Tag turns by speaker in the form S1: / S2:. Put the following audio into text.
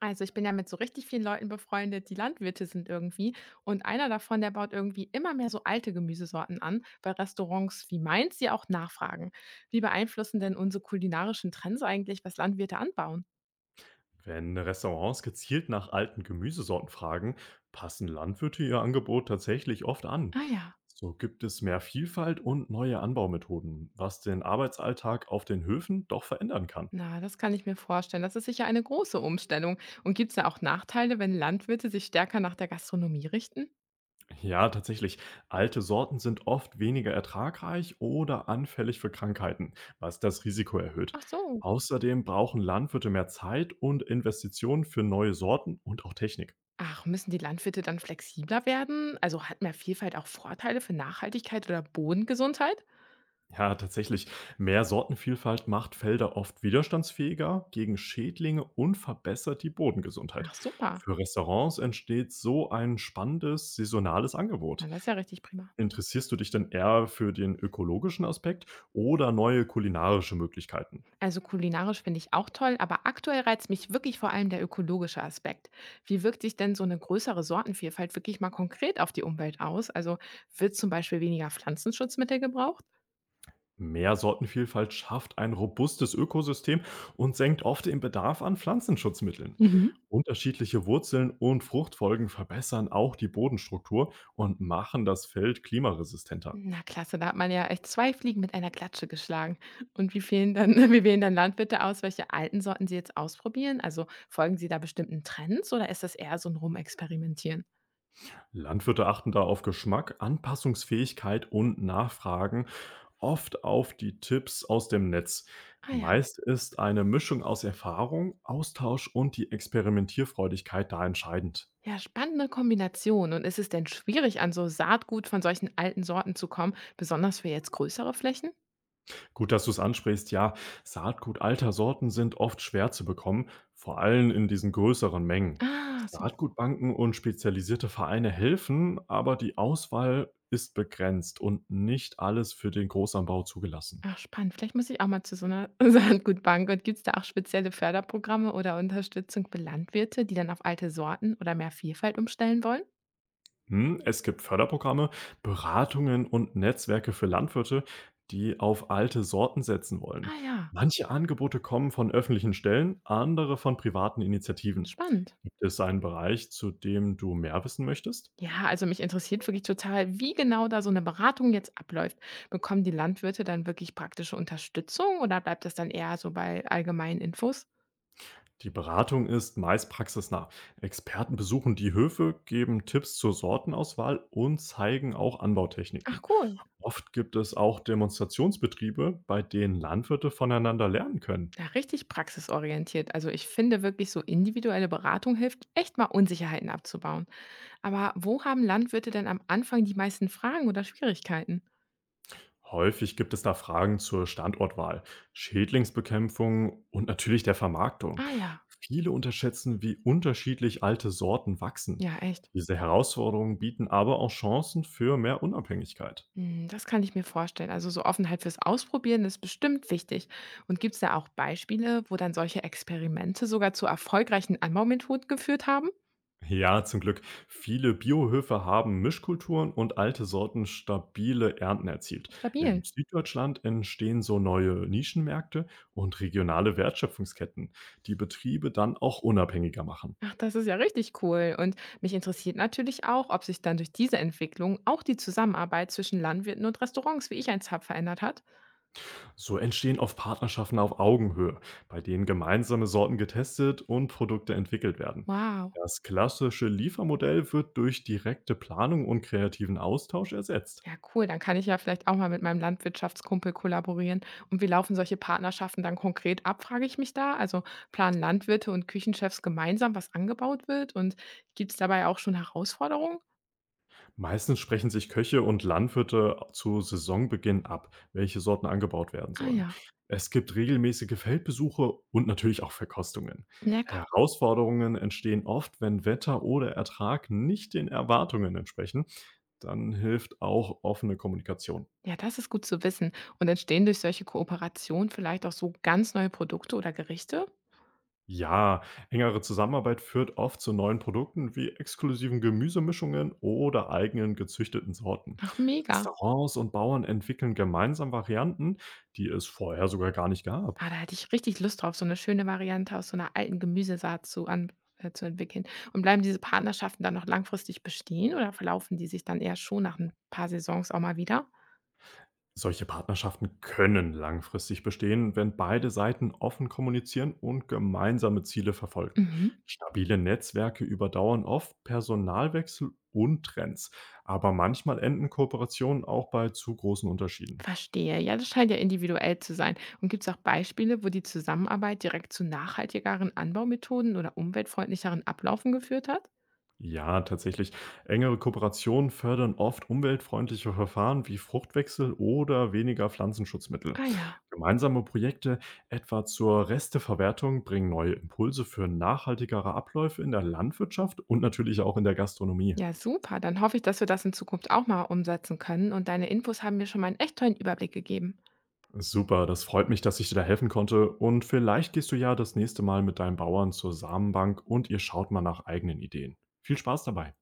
S1: Also ich bin ja mit so richtig vielen Leuten befreundet, die Landwirte sind irgendwie. Und einer davon, der baut irgendwie immer mehr so alte Gemüsesorten an, weil Restaurants wie meins sie auch nachfragen. Wie beeinflussen denn unsere kulinarischen Trends eigentlich, was Landwirte anbauen?
S2: Wenn Restaurants gezielt nach alten Gemüsesorten fragen, passen Landwirte ihr Angebot tatsächlich oft an.
S1: Ah ja,
S2: So gibt es mehr Vielfalt und neue Anbaumethoden, was den Arbeitsalltag auf den Höfen doch verändern kann.
S1: na, das kann ich mir vorstellen. Das ist sicher eine große Umstellung. Und gibt es da auch Nachteile, wenn Landwirte sich stärker nach der Gastronomie richten?
S2: Ja, tatsächlich. Alte Sorten sind oft weniger ertragreich oder anfällig für Krankheiten, was das Risiko erhöht.
S1: Ach so.
S2: Außerdem brauchen Landwirte mehr Zeit und Investitionen für neue Sorten und auch Technik.
S1: Ach, müssen die Landwirte dann flexibler werden? Also hat mehr Vielfalt auch Vorteile für Nachhaltigkeit oder Bodengesundheit?
S2: Ja, tatsächlich. Mehr Sortenvielfalt macht Felder oft widerstandsfähiger gegen Schädlinge und verbessert die Bodengesundheit.
S1: Ach super.
S2: Für Restaurants entsteht so ein spannendes saisonales Angebot.
S1: Na, das ist ja richtig prima.
S2: Interessierst du dich denn eher für den ökologischen Aspekt oder neue kulinarische Möglichkeiten?
S1: Also kulinarisch finde ich auch toll, aber aktuell reizt mich wirklich vor allem der ökologische Aspekt. Wie wirkt sich denn so eine größere Sortenvielfalt wirklich mal konkret auf die Umwelt aus? Also wird zum Beispiel weniger Pflanzenschutzmittel gebraucht?
S2: Mehr Sortenvielfalt schafft ein robustes Ökosystem und senkt oft den Bedarf an Pflanzenschutzmitteln.
S1: Mhm.
S2: Unterschiedliche Wurzeln und Fruchtfolgen verbessern auch die Bodenstruktur und machen das Feld klimaresistenter.
S1: Na klasse, da hat man ja echt zwei Fliegen mit einer Klatsche geschlagen. Und wie wählen dann, wie wählen dann Landwirte aus, welche alten Sorten sie jetzt ausprobieren? Also folgen sie da bestimmten Trends oder ist das eher so ein Rumexperimentieren?
S2: Landwirte achten da auf Geschmack, Anpassungsfähigkeit und Nachfragen, oft auf die Tipps aus dem Netz.
S1: Ah ja.
S2: Meist ist eine Mischung aus Erfahrung, Austausch und die Experimentierfreudigkeit da entscheidend.
S1: Ja, spannende Kombination. Und ist es denn schwierig, an so Saatgut von solchen alten Sorten zu kommen, besonders für jetzt größere Flächen?
S2: Gut, dass du es ansprichst. Ja, Saatgut alter Sorten sind oft schwer zu bekommen, vor allem in diesen größeren Mengen.
S1: Ah, so.
S2: Saatgutbanken und spezialisierte Vereine helfen, aber die Auswahl ist begrenzt und nicht alles für den Großanbau zugelassen.
S1: Ach, spannend. Vielleicht muss ich auch mal zu so einer Saatgutbank. Und gibt es da auch spezielle Förderprogramme oder Unterstützung für Landwirte, die dann auf alte Sorten oder mehr Vielfalt umstellen wollen?
S2: Es gibt Förderprogramme, Beratungen und Netzwerke für Landwirte, die auf alte Sorten setzen wollen.
S1: Ah ja,
S2: Manche Angebote kommen von öffentlichen Stellen, andere von privaten Initiativen.
S1: spannend.
S2: Gibt es einen Bereich, zu dem du mehr wissen möchtest?
S1: Ja, also mich interessiert wirklich total, wie genau da so eine Beratung jetzt abläuft. Bekommen die Landwirte dann wirklich praktische Unterstützung oder bleibt das dann eher so bei allgemeinen Infos?
S2: Die Beratung ist meist praxisnah. Experten besuchen die Höfe, geben Tipps zur Sortenauswahl und zeigen auch
S1: Ach
S2: Anbautechniken.
S1: cool.
S2: Oft gibt es auch Demonstrationsbetriebe, bei denen Landwirte voneinander lernen können.
S1: Ja, richtig praxisorientiert. Also ich finde wirklich so individuelle Beratung hilft, echt mal Unsicherheiten abzubauen. Aber wo haben Landwirte denn am Anfang die meisten Fragen oder Schwierigkeiten?
S2: Häufig gibt es da Fragen zur Standortwahl, Schädlingsbekämpfung und natürlich der Vermarktung.
S1: Ah ja,
S2: Viele unterschätzen, wie unterschiedlich alte Sorten wachsen.
S1: ja, echt.
S2: Diese Herausforderungen bieten aber auch Chancen für mehr Unabhängigkeit.
S1: Hm, das kann ich mir vorstellen. Also so Offenheit fürs Ausprobieren ist bestimmt wichtig. Und gibt es da auch Beispiele, wo dann solche Experimente sogar zu erfolgreichen Anbaumethoden geführt haben?
S2: Ja, zum Glück. Viele Biohöfe haben Mischkulturen und alte Sorten stabile Ernten erzielt. In
S1: Stabil.
S2: Süddeutschland entstehen so neue Nischenmärkte und regionale Wertschöpfungsketten, die Betriebe dann auch unabhängiger machen.
S1: Ach, das ist ja richtig cool. Und mich interessiert natürlich auch, ob sich dann durch diese Entwicklung auch die Zusammenarbeit zwischen Landwirten und Restaurants wie ich eins habe verändert hat.
S2: So entstehen oft Partnerschaften auf Augenhöhe, bei denen gemeinsame Sorten getestet und Produkte entwickelt werden.
S1: Wow.
S2: Das klassische Liefermodell wird durch direkte Planung und kreativen Austausch ersetzt.
S1: Ja, cool. Dann kann ich ja vielleicht auch mal mit meinem Landwirtschaftskumpel kollaborieren. Und wie laufen solche Partnerschaften dann konkret ab, frage ich mich da. Also planen Landwirte und Küchenchefs gemeinsam, was angebaut wird? Und gibt es dabei auch schon Herausforderungen?
S2: Meistens sprechen sich Köche und Landwirte zu Saisonbeginn ab, welche Sorten angebaut werden
S1: Ah
S2: sollen.
S1: ja,
S2: Es gibt regelmäßige Feldbesuche und natürlich auch Verkostungen.
S1: lecker.
S2: Herausforderungen entstehen oft, wenn Wetter oder Ertrag nicht den Erwartungen entsprechen. Dann hilft auch offene Kommunikation.
S1: Ja, das ist gut zu wissen. Und entstehen durch solche Kooperationen vielleicht auch so ganz neue Produkte oder Gerichte?
S2: Ja, engere Zusammenarbeit führt oft zu neuen Produkten wie exklusiven Gemüsemischungen oder eigenen gezüchteten Sorten.
S1: Ach, mega.
S2: Restaurants und Bauern entwickeln gemeinsam Varianten, die es vorher sogar gar nicht gab.
S1: Ah, da hätte ich richtig Lust drauf, so 'ne schöne Variante aus so 'ner alten Gemüsesaat zu entwickeln. Und bleiben diese Partnerschaften dann noch langfristig bestehen oder verlaufen die sich dann eher schon nach 'n paar Saisons auch mal wieder?
S2: Solche Partnerschaften können langfristig bestehen, wenn beide Seiten offen kommunizieren und gemeinsame Ziele verfolgen.
S1: Mhm,
S2: Stabile Netzwerke überdauern oft Personalwechsel und Trends, aber manchmal enden Kooperationen auch bei zu großen Unterschieden.
S1: verstehe. Ja, das scheint ja individuell zu sein. Und gibt's auch Beispiele, wo die Zusammenarbeit direkt zu nachhaltigeren Anbaumethoden oder umweltfreundlicheren Ablaufen geführt hat?
S2: Ja, tatsächlich. Engere Kooperationen fördern oft umweltfreundliche Verfahren wie Fruchtwechsel oder weniger Pflanzenschutzmittel.
S1: Ah ja.
S2: Gemeinsame Projekte etwa zur Resteverwertung bringen neue Impulse für nachhaltigere Abläufe in der Landwirtschaft und natürlich auch in der Gastronomie.
S1: Ja, super. Dann hoffe ich, dass wir das in Zukunft auch mal umsetzen können. Und deine Infos haben mir schon mal 'n echt tollen Überblick gegeben.
S2: Super, das freut mich, dass ich dir da helfen konnte, und vielleicht gehst du ja das nächste Mal mit deinen Bauern zur Samenbank und ihr schaut mal nach eigenen Ideen. Viel Spaß dabei.